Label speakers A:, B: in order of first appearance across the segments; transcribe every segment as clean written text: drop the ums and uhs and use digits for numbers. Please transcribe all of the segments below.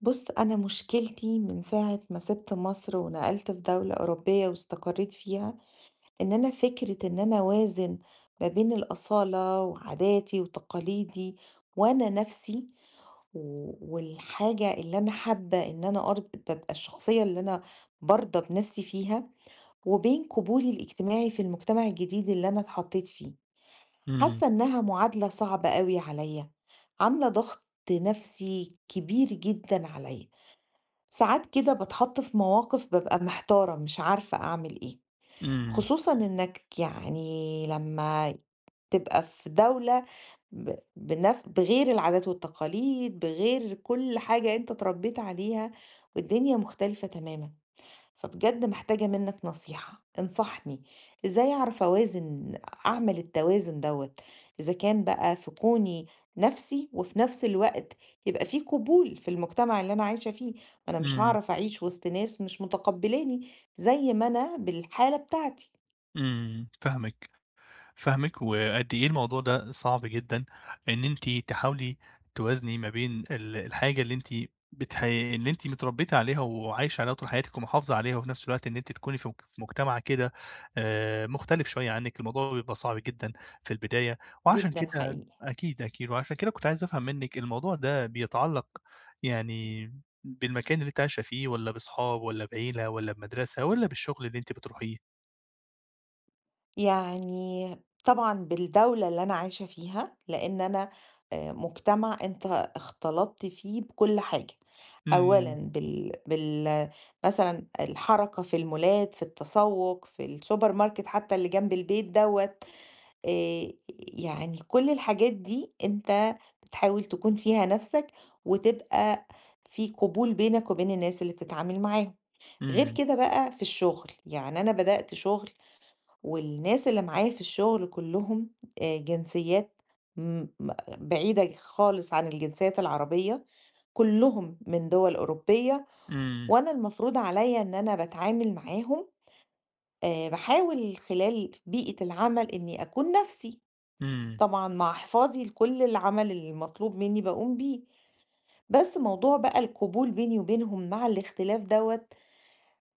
A: بُص، أنا مشكلتي من ساعة ما سِبت مصر ونقلت في دولة أوروبية واستقريت فيها، إن أنا فكرة إن أنا أوازن ما بين الأصالة وعاداتي وتقاليدي وأنا نَفْسي، والحاجة اللي أنا حابة إن أنا أرض بابقى الشخصية اللي أنا بارضى بنَفْسي فيها، وبين قبولي الاجتماعي في المجتمع الجديد اللي أنا اتحطيت فيه.
B: إمم،
A: حاسة إنها معادلة صعبة أوي عليّا، عاملة ضغط نَفْسي كبير جدًا عليّا. ساعات كده باتحط في مواقف بابقى محتارة مش عارفة أعمل إيه،
B: إمم،
A: خصوصًا إنك يعني لمّا تبقى في دولة ب بنف بغير العادات والتقاليد، بغير كل حاجة أنت اتربيت عليها والدنيا مختلفة تمامًا. فبجد محتاجة منك نصيحة انصحني ازاي اعرف اوازن اعمل التوازن دوت اذا كان بقى في كوني نفسي وفي نفس الوقت يبقى في قبول في المجتمع اللي انا عايشة فيه. انا مش
B: إمم،
A: هعرف اعيش وسط ناس مش متقبلاني زي ما انا بالحالة بتاعتي
B: إمم. فاهمِك. فاهمِك، وقد إيه الموضوع ده صعب جدًا، إن أنتِ تحاولي توازني ما بين الحاجة اللي أنتِ متربية عليها وعايشة عليها طول حياتِك ومحافظة عليها، وفي نفس الوقت إن أنتِ تكوني في مجتمع كده مختلف شوية عنِك. الموضوع بيبقى صعب جدًا في البداية، وعشان
A: جدا
B: كده
A: حقيقي.
B: أكيد، أكيد، وعشان كده كنت عايز أفهم منِك الموضوع ده بيتعلق يعني بالمكان اللي أنتِ عايشة فيه، والّا بأصحاب، والّا بعيلة، والّا بمدرسة، والّا بالشغل اللي أنتِ بتروحيه؟
A: يعني طبعًا بالدولة اللي أنا عايشة فيها، لإن أنا مجتمع أنت اختلطت فيه بكل حاجة، أولًا
B: إمم،
A: بال بال مثلًا الحركة في المولات، في التسوق، في السوبر ماركت حتى اللي جنب البيت دوّة، آآ يعني كل الحاجات دي أنت بتحاول تكون فيها نَفْسك، وتبقى في قبول بينك وبين الناس اللي بتتعامل معاهم، غير
B: إمم،
A: كده بقى في الشغل، يعني أنا بدأت شغل والناس اللي معايا في الشغل كلّهم جنسيات م م بعيدة خالص عن الجنسيات العربية، كلّهم من دول أوروبية،
B: إمم،
A: وأنا المفروض عليّا إن أنا باتعامل معاهم باحاول خلال بيئة العمل إني أكون نَفْسي،
B: إمم.
A: طبعًا مع حفاظي لكل العمل المطلوب مني باقوم بيه، بس موضوع بقى القبول بيني وبينهم مع الاختلاف دوّة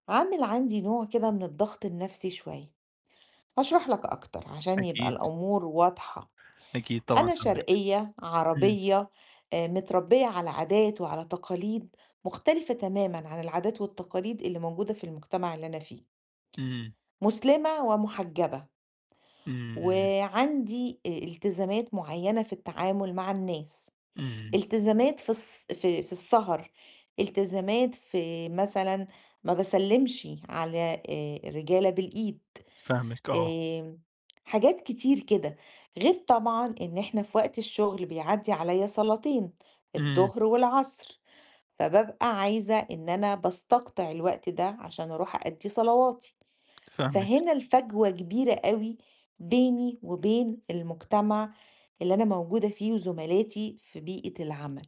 A: عامل عندي نوع كده من الضغط النَفْسي شوية، هاشرح لك أكتر عشان يبقى
B: أكيد،
A: الأمور واضحة.
B: أكيد طبعًا
A: أنا
B: سامعك.
A: شرقية،
B: إمم،
A: عربية، متربية على عادات وعلى تقاليد مختلفة تمامًا عن العادات والتقاليد اللي موجودة في المجتمع اللي أنا فيه.
B: إمم،
A: مُسلمة ومُحجبة،
B: إمم،
A: وعندي التزامات معينة في التعامل مع الناس،
B: إمم.
A: التزامات في السهر، التزامات في مثلًا ما باسلمش على الرجالة بالإيد.
B: فاهمِك آه.
A: آمم، حاجات كتير كده، غير طبعًا إن إحنا في وقت الشغل بيعدّي عليَّ صلاتين،
B: إمم.
A: الضهر والعصر، فبابقى عايزة إن أنا باستقطع الوقت ده عشان أروح أأدّي صلواتي،
B: فاهمِك.
A: فهنا الفجوة كبيرة أوي بيني وبين المجتمع اللي أنا موجودة فيه وزملاتي في بيئة العمل،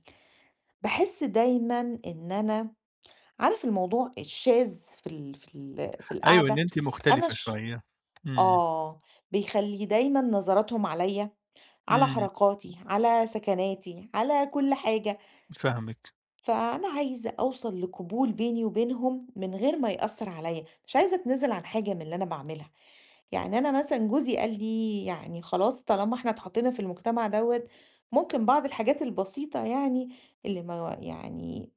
A: باحس دايمًا إن أنا عارف الموضوع الشاذ في
B: أيوه، إن
A: القعدة؟
B: أنتِ
A: أنا
B: مختلفة
A: ش
B: شوية. إمم،
A: آه، بيخلّي دايمًا نظراتهم عليّا، على
B: إمم.
A: حركاتي، على سكناتي، على كل حاجة،
B: فاهمِك.
A: فأنا عايزة أوصل لقبول بيني وبينهم من غير ما يأثّر عليّا، مش عايزة أتنازل عن حاجة من اللي أنا باعملها، يعني أنا مثلًا جوزي قال لي يعني خلاص طالما إحنا اتحطينا في المجتمع دوّة، ممكن بعض الحاجات البسيطة يعني اللي ما يعني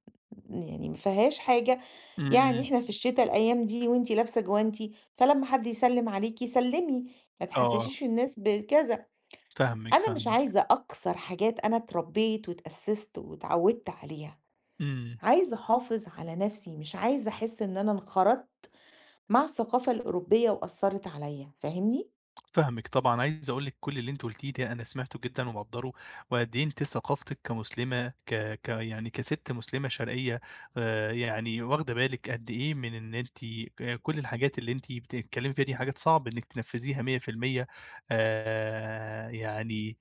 A: يعني ما فيهاش حاجة،
B: إمم،
A: يعني
B: إمم،
A: إحنا في الشتا الأيام دي وأنتِ لابسة جوانتي، فلمّا حد يسلِّم عليكِ سلِّمي، ما
B: آه.
A: تحسسيش الناس بكذا.
B: فاهمِك،
A: أنا مش
B: فاهمِك.
A: عايزة أكسر حاجات أنا اتربيت واتأسست واتعودت عليها،
B: إمم.
A: عايزة أحافظ على نفسي، مش عايزة أحس إن أنا انخرطت مع الثقافة الأوروبية وأثّرت عليَّ، فاهمني؟
B: فاهمِك طبعًا، عايز أقول لِك كل اللي أنتِ قُلتيه ده أنا سمعته جدًا ومقدّره، وقد إيه أنتِ ثقافتِك كمسلمة ك ك يعني كسِت مسلمة شرقية يعني واخدة بالِك قد إيه من إن أنتِ كل الحاجات اللي أنتِ بتتكلمي فيها دي حاجات صعب إنِك تنفذيها 100%. آآ، يعني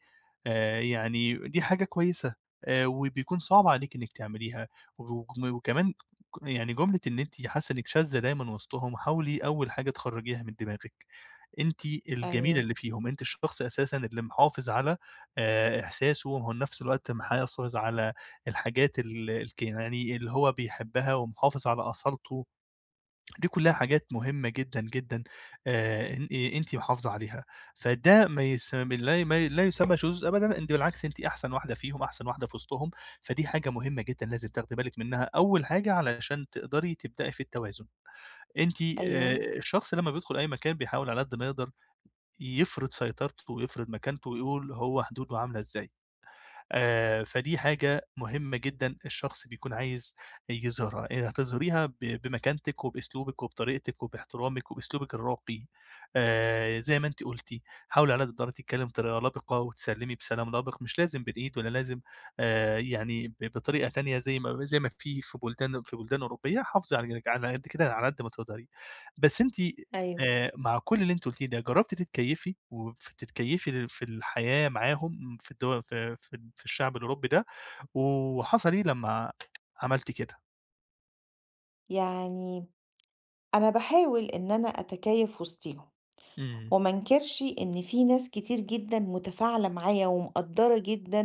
B: يعني دي حاجة كويسة. وبيكون صعب عليكِ إنِك تعمليها، وكمان يعني جملة إن أنتِ حاسة إنِك شاذة دايمًا وسطهم. حاولي أول حاجة تخرجيها من دماغِك. أنتِ الجميلة
A: أيوه،
B: اللي فيهم، أنتِ الشخص أساسًا اللي محافظ على إحساسه وهو نفس الوقت محافظ على الحاجات ال الك يعني اللي هو بيحبها ومحافظ على أصالته. دي كلّها حاجات مهمة جدًا، جدًا. أن إيه، أنتِ محافظة عليها، فده ما يس لا ما ي- لا يسمى شذوذ أبدًا. أنتِ بالعكس أنتِ أحسن واحدة فيهم، أحسن واحدة في وسطهم. فدي حاجة مهمة جدًا لازم تاخدي بالِك منها أول حاجة علشان تقدري تبدئي في التوازن. أنتِ
A: أيوه،
B: الشخص لمّا بيدخل أي مكان بيحاول على قد ما يقدر يفرض سيطرته ويفرض مكانته ويقول هو حدوده عاملة إزاي. فدي حاجة مهمة جدًا الشخص بيكون عايز يظهرها. هتظهريها بمكانتِك وبأسلوبِك وبطريقتِك وباحترامِك وبأسلوبِك الراقي. زي ما أنتِ قُلتِ، حاولي على قد الإمكان تتكلّمي بطريقة لبِقة وتسلِّمي بسلام لبِق، مش لازم بالإيد ولا لازم يعني بطريقة تانية زي ما في بُلدان أوروبية. حافظي على قد كده على قد ما تقدري. بس أنتِ
A: أيوه.
B: مع كل اللي أنتِ قُلتيه ده، جرّبتِ تتكيّفي في الحياة معاهم في الدول في في في الشعب الأوروبي ده، وحصل إيه لمّا عملتِ كده؟
A: يعني أنا باحاول إن أنا أتكيّف وسطيهم.
B: إمم.
A: وما انكرش ان في ناس كتير جدا متفاعله معايا ومقدره جدا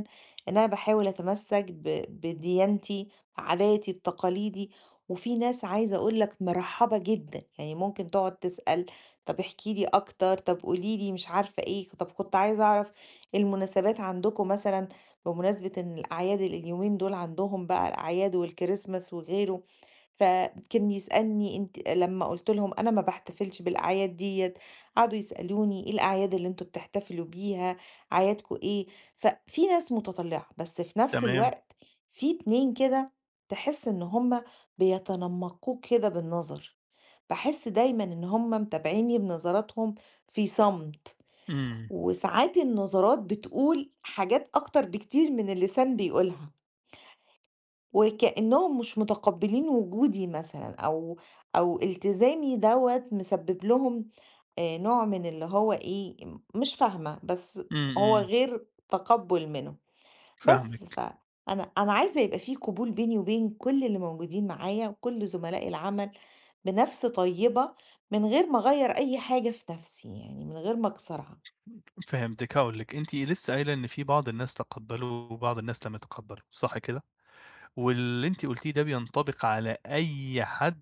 A: ان انا بحاول اتمسك بديانتي بعاداتي بتقاليدي وفي ناس عايزه اقول لك مرحبه جدا يعني ممكن تقعد تسال طب احكي لي اكتر طب قولي لي مش عارفه ايه طب كنت عايزه اعرف المناسبات عندكم مثلا بمناسبه ان الاعياد اليومين دول عندهم بقى الاعياد والكريسماس وغيره. فكان يسألني انت لما قلت لهم انا ما بحتفلش بالاعياد ديت قعدوا يسألوني إيه الأعياد اللي أنتم بتحتفلوا بيها، أعيادكم إيه؟ ففي ناس متطلعة، بس في نفس
B: تمام.
A: الوقت في 2 كده تحس إن هُم بيتنمقوك كده بالنظر، باحس دايمًا إن هُم متابعيني بنظراتهم في صمت،
B: إمم،
A: وساعات النظرات بتقول حاجات أكتر بكتير من اللسان بيقولها. وكأنهم مش متقبلين وجودي مثلًا، أو أو التزامي دوّة مسبب لهم نوع من اللي هو إيه، مش فاهمة، بس
B: إمم،
A: هو
B: إمم.
A: غير تقبُّل منهم، بس
B: فاهمِك.
A: فأنا أنا عايزة يبقى في قبول بيني وبين كل اللي موجودين معايا وكل زملائي العمل بنَفْس طيبة، من غير ما أغيّر أي حاجة في نَفْسي، يعني من غير ما أكسرها،
B: فهمتِك، هاقول لِك، أنتِ لسه قايلة إن في بعض الناس تقبّلوا وبعض الناس لم يتقبّلوا، صح كده؟ واللي أنتِ قُلتيه ده بينطبق على أي حد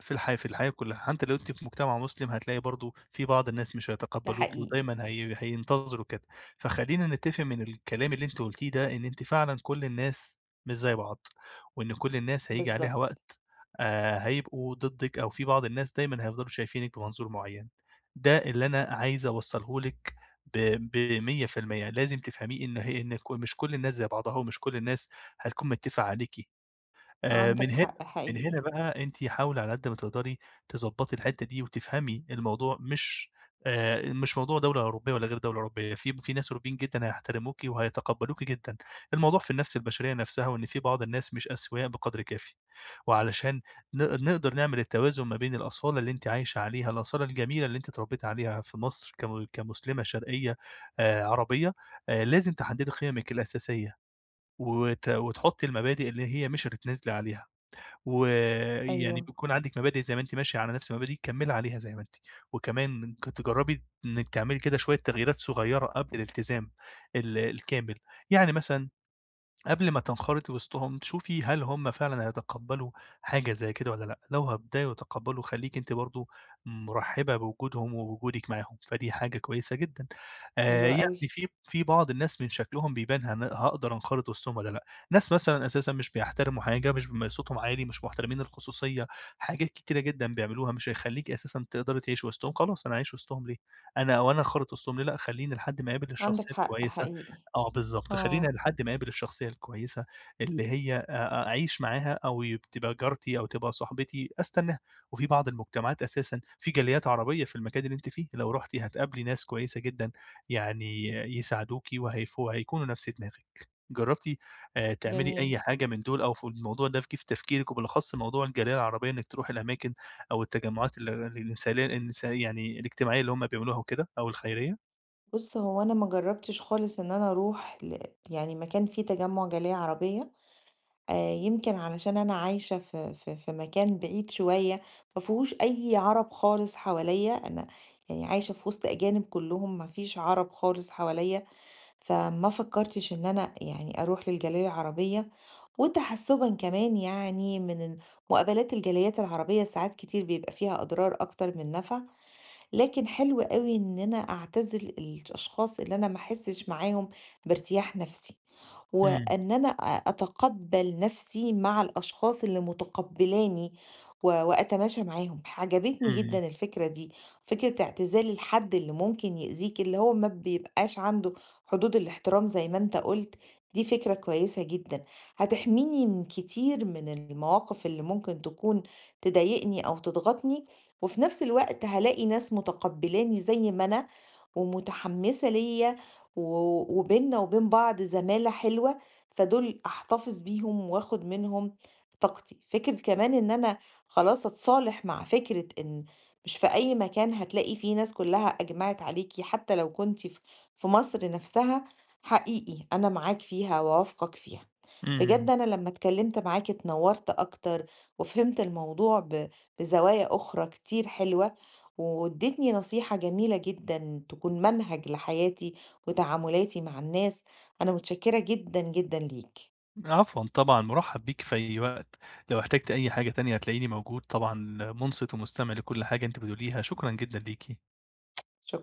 B: في الحياة كلّها، حتى لو أنتِ في مجتمع مسلم هتلاقي برضه في بعض الناس مش
A: ده
B: هيتقبّلوكِ
A: حقيقي،
B: ودايمًا هينتظروا كده. فخلّينا نتّفق من الكلام اللي أنتِ قلتيه ده إن أنتِ فعلًا كل الناس مش زي بعض، وإن كل الناس هييجي عليها
A: بالضبط،
B: وقت هيبقوا ضدِّك أو في بعض الناس دايمًا هيفضلوا شايفينِك بمنظور معيّن. ده اللي أنا عايز أوصّله لِك ب ب100%. لازم تفهميه إن مش كل الناس زي بعضها ومش كل الناس هتكون متّفقة عليكِ. آآ
A: عندك
B: من هنا
A: حق
B: من هنا
A: حقيقي،
B: بقى أنتِ حاولي على قد ما تقدري تضبّطي الحتّة دي وتفهمي الموضوع مش، مش موضوع دولة أوروبية والّا غير دولة أوروبية، في ناس أوروبيين جدًا هيحترموكِ وهيتقبّلوكِ جدًا. الموضوع في النَفْس البشرية نَفْسها وإن في بعض الناس مش أسوياء بقدر كافي، وعلشان نقدر نعمل التوازن ما بين الأصالة اللي أنتِ عايشة عليها، الأصالة الجميلة اللي أنتِ اتربّيتِ عليها في مصر كمسلمة شرقية عربية. لازم تحدّدي قيمِك الأساسية وتحطّي المبادئ اللي هي مش هتتنازلي عليها. ويعني
A: أيوه،
B: بيكون عندِك مبادئ زي ما أنتِ ماشية على نفس مبادئِك كمّلي عليها زي ما أنتِ، وكمان تجرّبي إنِّك تعملي كده شوية تغييرات صغيّرة قبل الالتزام الكامل، يعني مثلًا قبل ما تنخرطي وسطهم تشوفي هل هم فعلًا هيتقبّلوا حاجة زي كده والّا لأ، لو هيبدأوا يتقبّلوا خلّيكِ أنتِ برضه مرحّبة بوجودهم ووجودِك معاهم. فدي حاجة كويسة جدًا.
A: حلو أوي،
B: يعني في بعض الناس من شكلهم بيبان هاقدر أنخرط وسطهم والّا لأ. ناس مثلًا أساسًا مش بيحترموا حاجة، مش بيبقى صوتهم عالي، مش محترمين الخصوصية، حاجات كتيرة جدًا بيعملوها مش هيخلّيكِ أساسًا تقدري تعيشي وسطهم. خلاص أنا هاعيش وسطهم ليه، أنا أنخرط وسطهم ليه؟ لأ، خلّيني لحد ما أقابل
A: عندك
B: الشخصية
A: حق
B: الكويسة.
A: حقيقي.
B: آه بالضبط، خلّينا
A: آه،
B: لحد ما اقابل الشخصية الكويسة اللي هي أعيش معاها أو تبقى جارتي أو تبقى صاحبتي أستناها. وفي بعض المجتمعات أساسًا في جاليات عربية في المكان اللي أنتِ فيه، لو رُحتِ هتقابلي ناس كويسة جدا يعني يساعدوكِ وهيكونوا نفس دماغِك. جرّبتِ تعملي
A: جميل.
B: أي حاجة من دول، أو في الموضوع ده جِه في تفكيرِك وبالأخص موضوع الجالية العربية إنِّك تروحي الأماكن أو التجمعات ال الإنسانية الإنس يعني الاجتماعية اللي هم بيعملوها وكده أو الخيرية؟
A: بُص، هو أنا ما جرّبتش خالص إن أنا أروح يعني مكان فيه تجمُّع جالية عربية، يمكن علشان أنا عايشة في مكان بعيد شوية، ما فيهوش أي عرب خالص حواليّا، أنا يعني عايشة في وسط أجانب كلّهم، ما فيش عرب خالص حواليّا، فما فكّرتش إن أنا يعني أروح للجالية العربية، وتحسُّبًا كمان يعني من ال مقابلات الجاليات العربية ساعات كتير بيبقى فيها أضرار أكتر من نَفع، لكن حلو أوي إن أنا أعتزل الأشخاص اللي أنا ما أحسش معاهم بارتياح نفسي.
B: إمم،
A: وإن أنا أتقبّل نَفْسي مع الأشخاص اللي متقبّلاني وأتماشى معاهم، عجبتني
B: إمم،
A: جدًا الفكرة دي، فكرة اعتزال الحد اللي ممكن يأذيك، اللي هو ما بيبقاش عنده حدود الاحترام زي ما أنت قُلت، دي فكرة كويسة جدًا، هتحميني من كتير من المواقف اللي ممكن تكون تضايقني أو تضغطني، وفي نَفْس الوقت هالاقي ناس متقبّلاني زي ما أنا ومتحمّسة ليّا و وبيننا وبين بعض زمالة حلوة، فدول أحتفظ بيهم وآخد منهم طاقتي. فكرة كمان إن أنا خلاص أتصالح مع فكرة إن مش في أي مكان هتلاقي فيه ناس كلها أجمعت عليكِ حتى لو كنتِ في مصر نفسها، حقيقي أنا معاك فيها وأوافقك فيها.
B: إمم.
A: بجد أنا لمّا اتكلمت معاك اتنورت أكتر، وفهمت الموضوع بزوايا أخرى كتير حلوة، واديتني نصيحة جميلة جدًا تكون منهج لحياتي وتعاملاتي مع الناس. أنا متشكرة جدًا، جدًا ليكِ.
B: عفوًا طبعًا، مُرحّب بيك في أي وقت، لو احتجت أي حاجة تانية هتلاقيني موجود، طبعًا مُنصِت ومستمع لكل حاجة أنتِ بتقوليها. شكرًا جدًا ليكِ.
A: شك